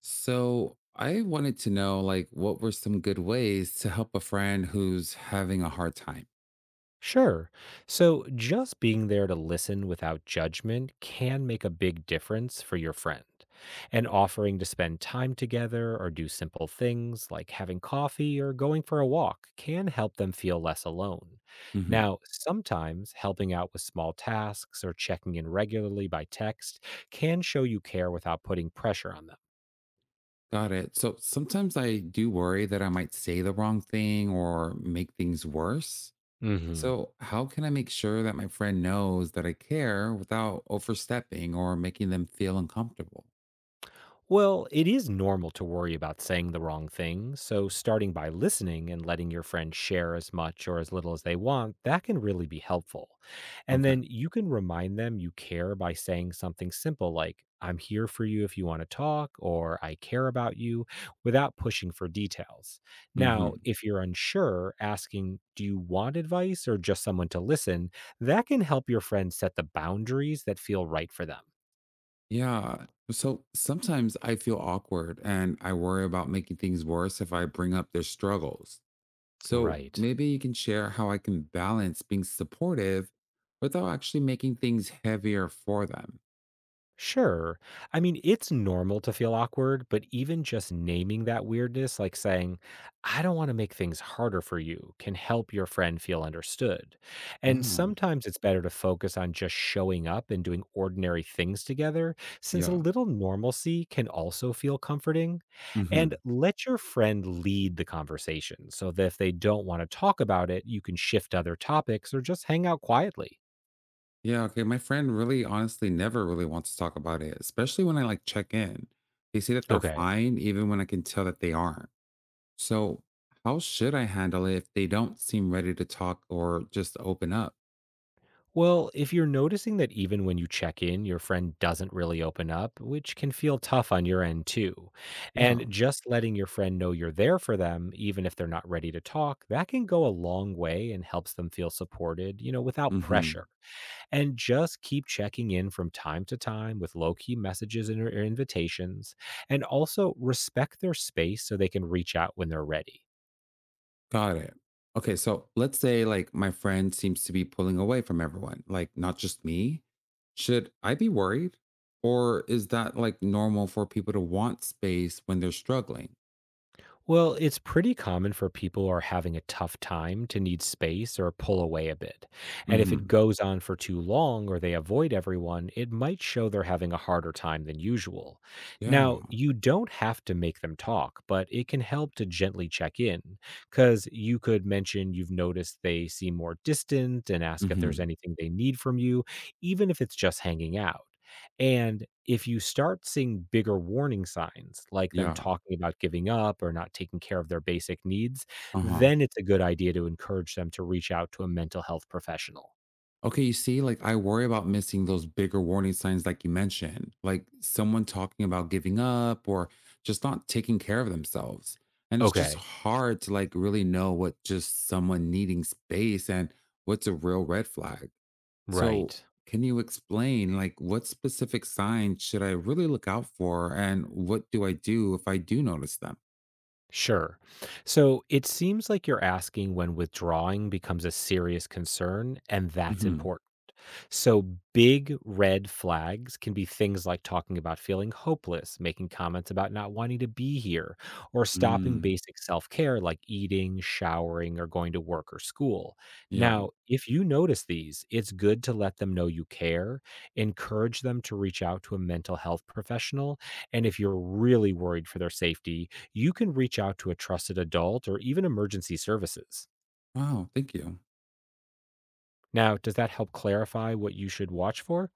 So I wanted to know, like, what were some good ways to help a friend who's having a hard time? Sure. So, just being there to listen without judgment can make a big difference for your friend. And offering to spend time together or do simple things like having coffee or going for a walk can help them feel less alone. Hmm. Now, sometimes helping out with small tasks or checking in regularly by text can show you care without putting pressure on them. Got it. So sometimes I do worry that I might say the wrong thing or make things worse. Mhm. So how can I make sure that my friend knows that I care without overstepping or making them feel uncomfortable? Well, it is normal to worry about saying the wrong thing, so starting by listening and letting your friend share as much or as little as they want, that can really be helpful. And Okay. then you can remind them you care by saying something simple like, I'm here for you if you want to talk, or I care about you, without pushing for details. Hmm. Now, if you're unsure, asking, do you want advice or just someone to listen? That can help your friend set the boundaries that feel right for them. Yeah. So sometimes I feel awkward and I worry about making things worse if I bring up their struggles. So Right. maybe you can share how I can balance being supportive without actually making things heavier for them. Sure. I mean, it's normal to feel awkward, but even just naming that weirdness, like saying, I don't want to make things harder for you, can help your friend feel understood. And Ah. sometimes it's better to focus on just showing up and doing ordinary things together, since a Yeah. little normalcy can also feel comforting. Hmm. And let your friend lead the conversation so that if they don't want to talk about it, you can shift other topics or just hang out quietly. Yeah. Okay. My friend really honestly never really wants to talk about it, especially when I like check in. They say that they're Okay. fine, even when I can tell that they aren't. So, how should I handle it if they don't seem ready to talk or just open up? Well, if you're noticing that even when you check in, your friend doesn't really open up, which can feel tough on your end too. And Yeah. just letting your friend know you're there for them, even if they're not ready to talk, that can go a long way and helps them feel supported, you know, without pressure. Hmm. And just keep checking in from time to time with low key messages and or invitations. And also respect their space so they can reach out when they're ready. Got it. Okay, so let's say like my friend seems to be pulling away from everyone, like not just me. Should I be worried? Or is that like normal for people to want space when they're struggling? Well, it's pretty common for people who are having a tough time to need space or pull away a bit. And if it Mhm. goes on for too long or they avoid everyone, it might show they're having a harder time than usual. Yeah. Now, you don't have to make them talk, but it can help to gently check in because you could mention you've noticed they seem more distant and ask if there's Mhm. anything they need from you, even if it's just hanging out. And if you start seeing bigger warning signs, like them Yeah. talking about giving up or not taking care of their basic needs, Uh-huh. then it's a good idea to encourage them to reach out to a mental health professional. Okay, you see, like I worry about missing those bigger warning signs, like you mentioned, like someone talking about giving up or just not taking care of themselves. And it's just Okay. hard to like really know what just someone needing space and what's a real red flag. So, Right. can you explain like what specific signs should I really look out for and what do I do if I do notice them? Sure. So it seems like you're asking when withdrawing becomes a serious concern, and that's Hmm. important. So, big red flags can be things like talking about feeling hopeless, making comments about not wanting to be here, or stopping Mm, basic self care like eating, showering, or going to work or school. yeah. Now, if you notice these, it's good to let them know you care, encourage them to reach out to a mental health professional, and if you're really worried for their safety, you can reach out to a trusted adult or even emergency services. Wow. Thank you. Now, does that help clarify what you should watch for?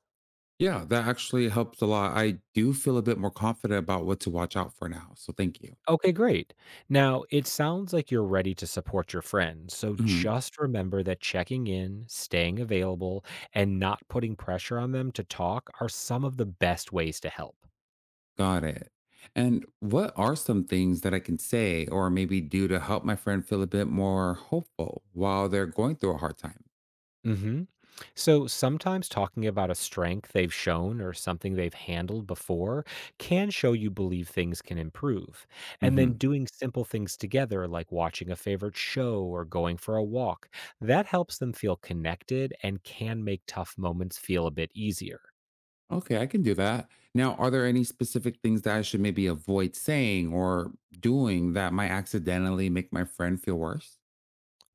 Yeah, that actually helps a lot. I do feel a bit more confident about what to watch out for now. So thank you. Okay, great. Now, it sounds like you're ready to support your friends. So Hmm. just remember that checking in, staying available, and not putting pressure on them to talk are some of the best ways to help. Got it. And what are some things that I can say or maybe do to help my friend feel a bit more hopeful while they're going through a hard time? hmm So sometimes talking about a strength they've shown or something they've handled before can show you believe things can improve. And then Hmm. doing simple things together, like watching a favorite show or going for a walk, that helps them feel connected and can make tough moments feel a bit easier. Okay, I can do that. Now, are there any specific things that I should maybe avoid saying or doing that might accidentally make my friend feel worse?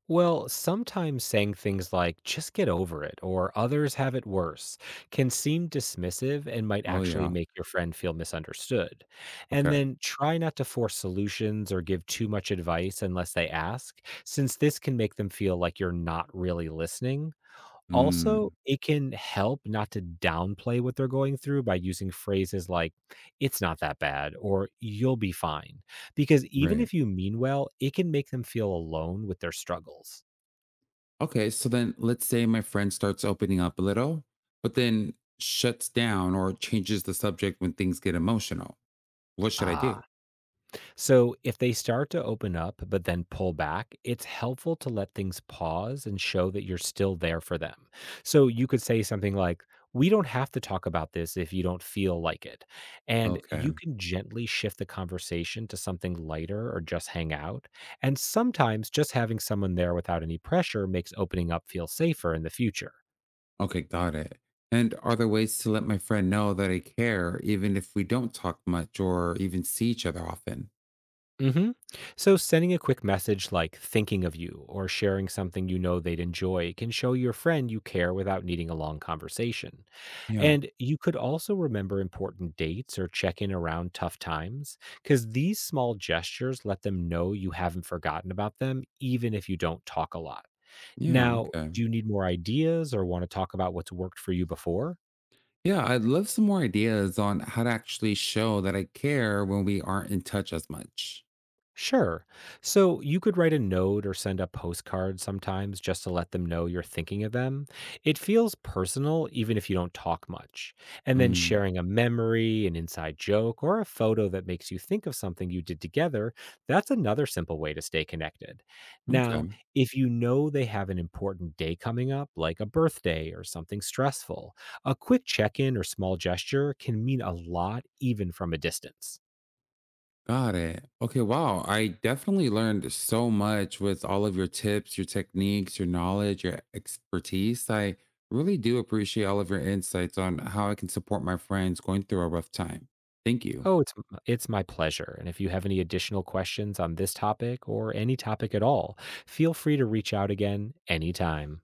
Well, sometimes saying things like, just get over it, or others have it worse, can seem dismissive and might Oh, actually yeah. make your friend feel misunderstood. And Okay. then try not to force solutions or give too much advice unless they ask, since this can make them feel like you're not really listening. Mm. Also, it can help not to downplay what they're going through by using phrases like, it's not that bad, or you'll be fine. Because even Right. if you mean well, it can make them feel alone with their struggles. Okay, so then let's say my friend starts opening up a little, but then shuts down or changes the subject when things get emotional. What should I do? Ah, so if they start to open up but then pull back, it's helpful to let things pause and show that you're still there for them. So you could say something like, we don't have to talk about this if you don't feel like it. And Okay. you can gently shift the conversation to something lighter or just hang out. And sometimes just having someone there without any pressure makes opening up feel safer in the future. Okay, got it. And are there ways to let my friend know that I care, even if we don't talk much or even see each other often? hmm So, sending a quick message like thinking of you or sharing something you know they'd enjoy can show your friend you care without needing a long conversation. Yeah. And you could also remember important dates or check in around tough times because these small gestures let them know you haven't forgotten about them, even if you don't talk a lot. Yeah. Now, Okay. do you need more ideas or want to talk about what's worked for you before? Yeah, I'd love some more ideas on how to actually show that I care when we aren't in touch as much. Sure. So you could write a note or send a postcard sometimes just to let them know you're thinking of them. It feels personal, even if you don't talk much. And then Mm, sharing a memory, an inside joke, or a photo that makes you think of something you did together, that's another simple way to stay connected. Now, okay. if you know they have an important day coming up, like a birthday or something stressful, a quick check in or small gesture can mean a lot, even from a distance. Got it. Okay, wow. I definitely learned so much with all of your tips, your techniques, your knowledge, your expertise. I really do appreciate all of your insights on how I can support my friends going through a rough time. Thank you. Oh, it's my pleasure, and if you have any additional questions on this topic or any topic at all, feel free to reach out again anytime.